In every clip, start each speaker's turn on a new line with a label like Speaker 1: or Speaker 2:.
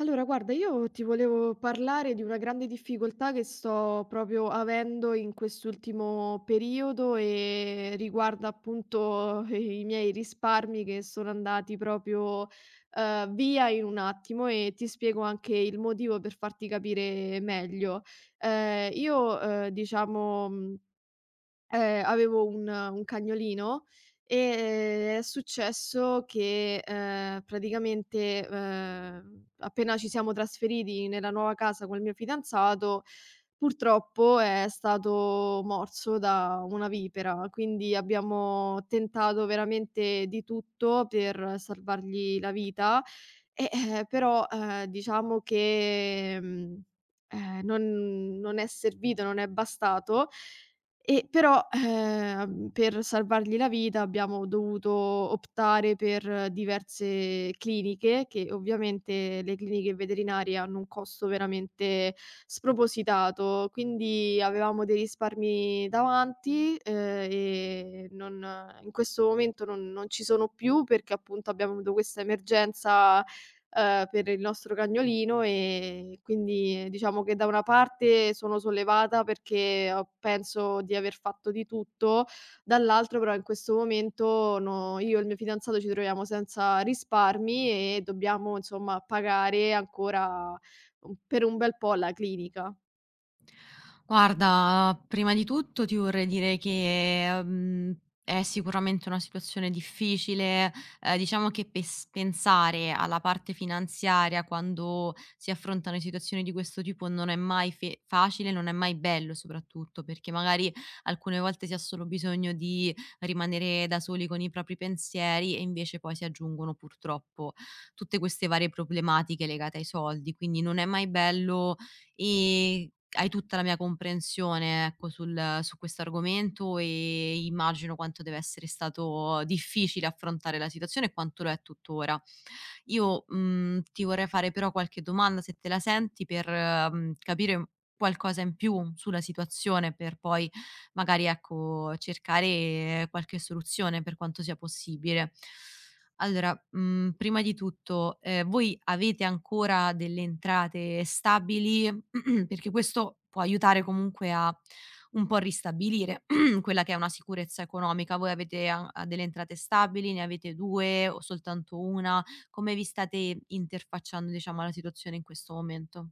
Speaker 1: Allora, guarda, io ti volevo parlare di una grande difficoltà che sto proprio avendo in quest'ultimo periodo e riguarda appunto i miei risparmi che sono andati proprio via in un attimo e ti spiego anche il motivo per farti capire meglio. Io, diciamo. Avevo un cagnolino, e è successo che, praticamente, appena ci siamo trasferiti nella nuova casa col mio fidanzato, purtroppo è stato morso da una vipera, quindi abbiamo tentato veramente di tutto per salvargli la vita, e, però, diciamo che, non è servito, non è bastato. E però, per salvargli la vita abbiamo dovuto optare per diverse cliniche, che ovviamente le cliniche veterinarie hanno un costo veramente spropositato, quindi avevamo dei risparmi davanti, e non in questo momento non ci sono più perché appunto abbiamo avuto questa emergenza per il nostro cagnolino. Quindi diciamo che da una parte sono sollevata perché ho penso di aver fatto di tutto, dall'altro però in questo momento no, io e il mio fidanzato ci troviamo senza risparmi e dobbiamo insomma pagare ancora un per un bel po' la clinica.
Speaker 2: Guarda, prima di tutto ti vorrei dire che, è sicuramente una situazione difficile. Diciamo che pes pensare alla parte finanziaria quando si affrontano situazioni di questo tipo non è mai fe facile, non è mai bello soprattutto, perché magari alcune volte si ha solo bisogno di rimanere da soli con i propri pensieri e invece poi si aggiungono purtroppo tutte queste varie problematiche legate ai soldi. Quindi non è mai bello. Hai tutta la mia comprensione, ecco, sul su questo argomento e immagino quanto deve essere stato difficile affrontare la situazione e quanto lo è tuttora. Io, ti vorrei fare però qualche domanda, se te la senti, per capire qualcosa in più sulla situazione, per poi magari, ecco, cercare qualche soluzione per quanto sia possibile. Allora, prima di tutto, voi avete ancora delle entrate stabili? Perché questo può aiutare comunque a un po' ristabilire quella che è una sicurezza economica. Voi avete a delle entrate stabili? Ne avete 2 o soltanto 1? Come vi state interfacciando, diciamo, alla situazione in questo momento?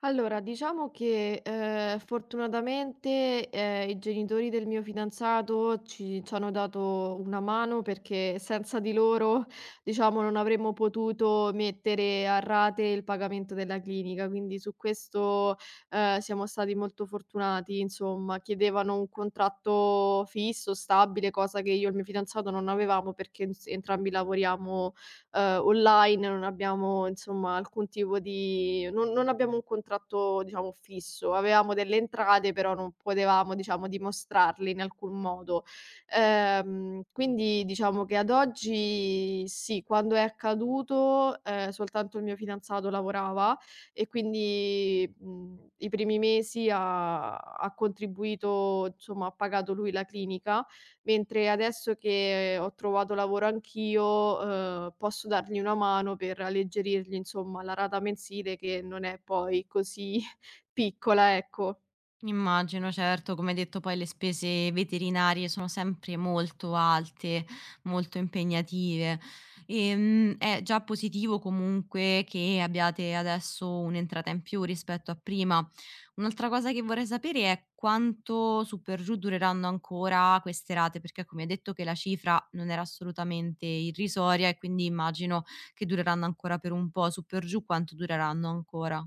Speaker 1: Allora, diciamo che, fortunatamente, i genitori del mio fidanzato ci c'hanno dato una mano perché senza di loro, diciamo, non avremmo potuto mettere a rate il pagamento della clinica. Quindi su questo, siamo stati molto fortunati. Insomma, chiedevano un contratto fisso, stabile, cosa che io e il mio fidanzato non avevamo perché ins entrambi lavoriamo online, non abbiamo insomma alcun tipo di non abbiamo un contratto diciamo fisso. Avevamo delle entrate, però non potevamo diciamo dimostrarle in alcun modo. Quindi diciamo che ad oggi sì, quando è accaduto, soltanto il mio fidanzato lavorava e quindi, i primi mesi ha contribuito, insomma ha pagato lui la clinica. Mentre adesso che ho trovato lavoro anch'io, posso dargli una mano per alleggerirgli, insomma, la rata mensile che non è poi così piccola, ecco.
Speaker 2: Immagino, certo, come hai detto poi le spese veterinarie sono sempre molto alte, molto impegnative. È già positivo comunque che abbiate adesso un'entrata in più rispetto a prima. Un'altra cosa che vorrei sapere è quanto su per giù dureranno ancora queste rate, perché come hai detto che la cifra non era assolutamente irrisoria e quindi immagino che dureranno ancora per un po', su per giù quanto dureranno ancora.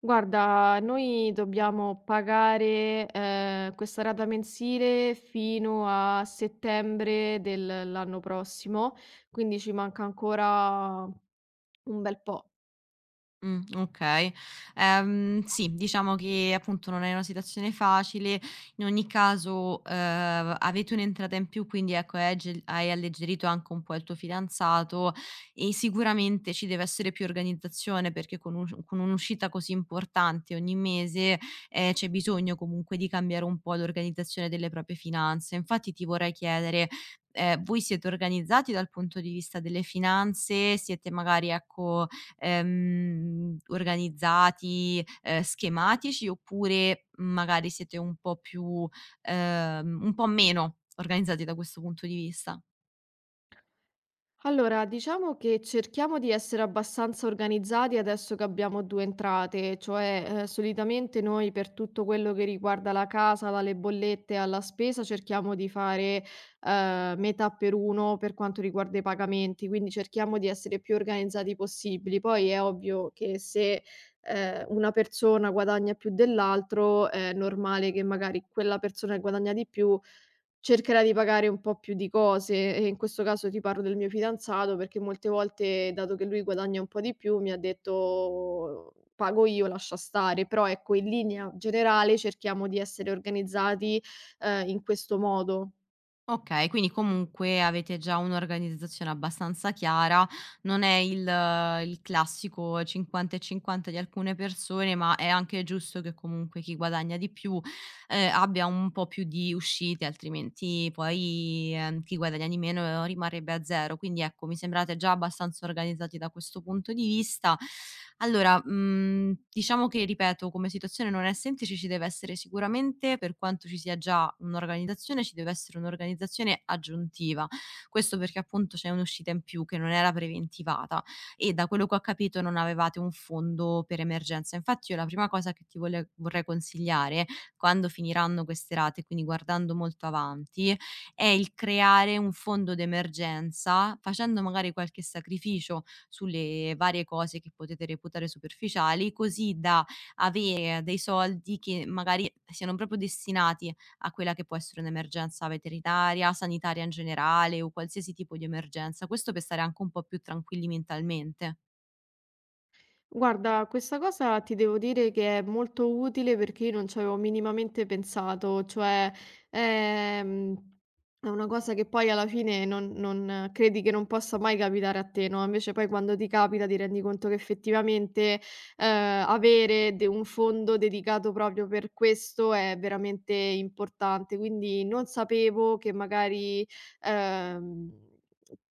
Speaker 1: Guarda, noi dobbiamo pagare, questa rata mensile fino a settembre dell'anno prossimo, quindi ci manca ancora un bel po'.
Speaker 2: Okay. Sì, diciamo che appunto non è una situazione facile. In ogni caso, avete un'entrata in più, quindi ecco hai agge hai alleggerito anche un po' il tuo fidanzato e sicuramente ci deve essere più organizzazione perché con un'uscita così importante ogni mese, c'è bisogno comunque di cambiare un po' l'organizzazione delle proprie finanze. Infatti ti vorrei chiedere, voi siete organizzati dal punto di vista delle finanze? Siete magari ecco, organizzati, schematici oppure magari siete un po' più un po' meno organizzati da questo punto di vista?
Speaker 1: Allora, diciamo che cerchiamo di essere abbastanza organizzati adesso che abbiamo due entrate, cioè solitamente noi per tutto quello che riguarda la casa, dalle bollette alla spesa, cerchiamo di fare metà per uno per quanto riguarda i pagamenti, quindi cerchiamo di essere più organizzati possibili. Poi è ovvio che se una persona guadagna più dell'altro, è normale che magari quella persona che guadagna di più cercherei di pagare un po' più di cose, e in questo caso ti parlo del mio fidanzato perché molte volte, dato che lui guadagna un po' di più, mi ha detto: "Pago io, lascia stare". Però ecco, in linea generale cerchiamo di essere organizzati, in questo modo.
Speaker 2: Okay, quindi comunque avete già un'organizzazione abbastanza chiara, non è il classico 50 e 50 di alcune persone, ma è anche giusto che comunque chi guadagna di più, abbia un po' più di uscite, altrimenti poi, chi guadagna di meno rimarrebbe a 0. Quindi ecco, mi sembrate già abbastanza organizzati da questo punto di vista. Allora, diciamo che ripeto, come situazione non è semplice, ci deve essere sicuramente, per quanto ci sia già un'organizzazione, ci deve essere un'organizzazione aggiuntiva. Questo perché appunto c'è un'uscita in più che non era preventivata e da quello che ho capito non avevate un fondo per emergenza. Infatti io la prima cosa che ti vole vorrei consigliare quando finiranno queste rate, quindi guardando molto avanti, è il creare un fondo d'emergenza, facendo magari qualche sacrificio sulle varie cose che potete reputare superficiali, così da avere dei soldi che magari siano proprio destinati a quella che può essere un'emergenza veterinaria, sanitaria in generale o qualsiasi tipo di emergenza. Questo per stare anche un po' più tranquilli mentalmente.
Speaker 1: Guarda, questa cosa ti devo dire che è molto utile perché io non ci avevo minimamente pensato, cioè ehm, è una cosa che poi alla fine credi che non possa mai capitare a te, no? Invece poi quando ti capita ti rendi conto che effettivamente avere un fondo dedicato proprio per questo è veramente importante, quindi non sapevo che magari ehm,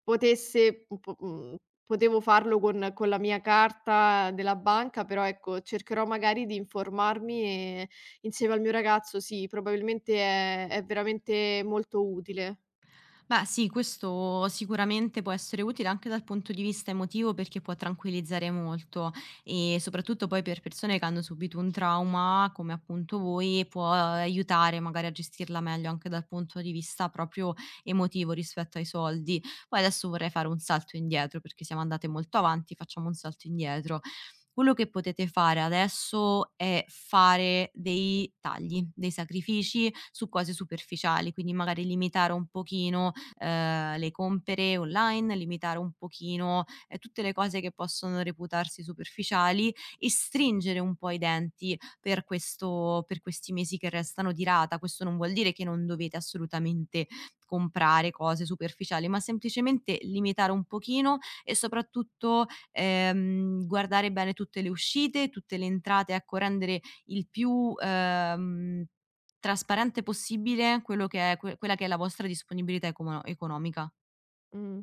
Speaker 1: potesse un po potevo farlo con la mia carta della banca, però ecco, cercherò magari di informarmi e insieme al mio ragazzo sì, probabilmente è veramente molto utile.
Speaker 2: Beh, sì, questo sicuramente può essere utile anche dal punto di vista emotivo perché può tranquillizzare molto e soprattutto poi per persone che hanno subito un trauma, come appunto voi, può aiutare magari a gestirla meglio anche dal punto di vista proprio emotivo rispetto ai soldi. Poi adesso vorrei fare un salto indietro perché siamo andate molto avanti, facciamo un salto indietro. Quello che potete fare adesso è fare dei tagli, dei sacrifici su cose superficiali, quindi magari limitare un pochino le compere online, limitare un pochino, tutte le cose che possono reputarsi superficiali e stringere un po' i denti per questi mesi che restano di rata. Questo non vuol dire che non dovete assolutamente comprare cose superficiali, ma semplicemente limitare un pochino e soprattutto, guardare bene tutte le uscite, tutte le entrate, ecco rendere il più, trasparente possibile quello che è quella che è la vostra disponibilità ecomo economica.
Speaker 1: Mh.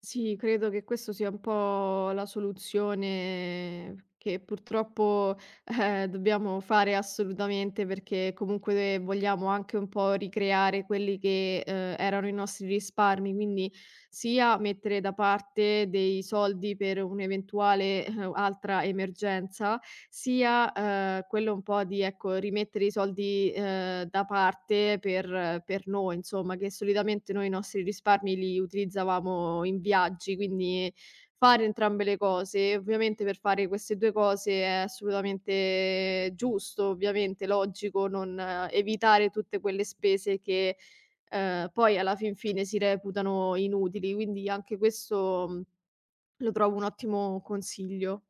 Speaker 1: Sì, credo che questo sia un po' la soluzione che purtroppo, dobbiamo fare assolutamente perché comunque vogliamo anche un po' ricreare quelli che, erano i nostri risparmi, quindi sia mettere da parte dei soldi per un'eventuale altra emergenza, sia, quello un po' di, ecco, rimettere i soldi, da parte per noi insomma, che solitamente noi i nostri risparmi li utilizzavamo in viaggi, quindi fare entrambe le cose. Ovviamente per fare queste due cose è assolutamente giusto, ovviamente logico non evitare tutte quelle spese che, poi alla fin fine si reputano inutili, quindi anche questo, lo trovo un ottimo consiglio.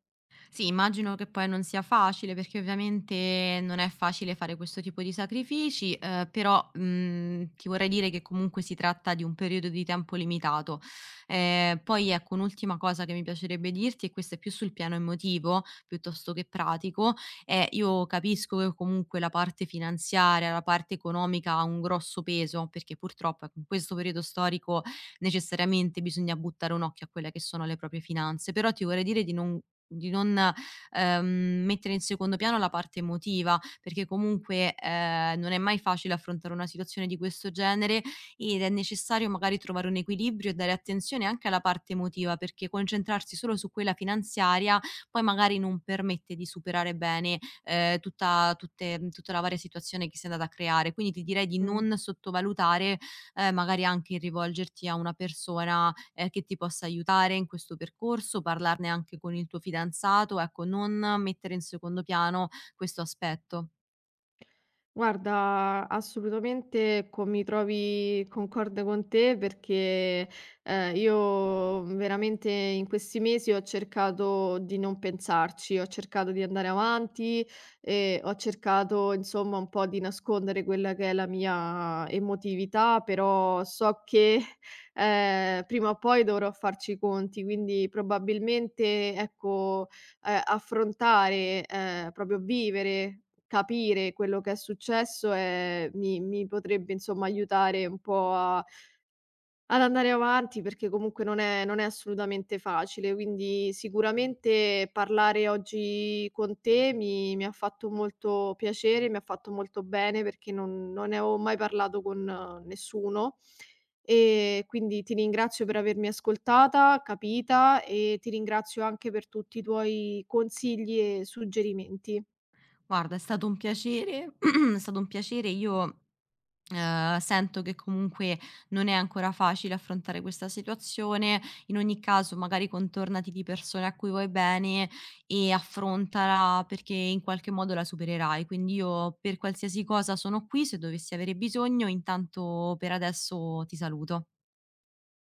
Speaker 2: Sì, immagino che poi non sia facile, perché ovviamente non è facile fare questo tipo di sacrifici, però, ti vorrei dire che comunque si tratta di un periodo di tempo limitato. Poi ecco, un'ultima cosa che mi piacerebbe dirti, e questo è più sul piano emotivo piuttosto che pratico, è io capisco che comunque la parte finanziaria, la parte economica ha un grosso peso, perché purtroppo ecco, in questo periodo storico necessariamente bisogna buttare un occhio a quelle che sono le proprie finanze, però ti vorrei dire di non di non, mettere in secondo piano la parte emotiva, perché comunque, non è mai facile affrontare una situazione di questo genere ed è necessario magari trovare un equilibrio e dare attenzione anche alla parte emotiva, perché concentrarsi solo su quella finanziaria poi magari non permette di superare bene, tutta la varia situazione che sei andata a creare. Quindi ti direi di
Speaker 1: Mh.
Speaker 2: non sottovalutare, magari anche il rivolgerti a una persona che ti possa aiutare in questo percorso, parlarne anche con il tuo fidanzato, ecco, non mettere in secondo piano questo aspetto.
Speaker 1: Guarda, assolutamente co mi trovi concorde con te perché, io veramente in questi mesi ho cercato di non pensarci, ho cercato di andare avanti e ho cercato insomma un po' di nascondere quella che è la mia emotività, però so che, prima o poi dovrò farci i conti, quindi probabilmente, ecco, affrontare, proprio vivere, capire quello che è successo, mi potrebbe insomma aiutare un po' a ad andare avanti perché comunque non è assolutamente facile, quindi sicuramente parlare oggi con te mi ha fatto molto piacere, mi ha fatto molto bene perché non ne avevo mai parlato con nessuno, e quindi ti ringrazio per avermi ascoltata, capita, e ti ringrazio anche per tutti i tuoi consigli e suggerimenti.
Speaker 2: Guarda, è stato un piacere è stato un piacere. Io, sento che comunque non è ancora facile affrontare questa situazione. In ogni caso, magari contornati di persone a cui vuoi bene e affrontala, perché in qualche modo la supererai. Quindi io per qualsiasi cosa sono qui, se dovessi avere bisogno. Intanto per adesso ti saluto.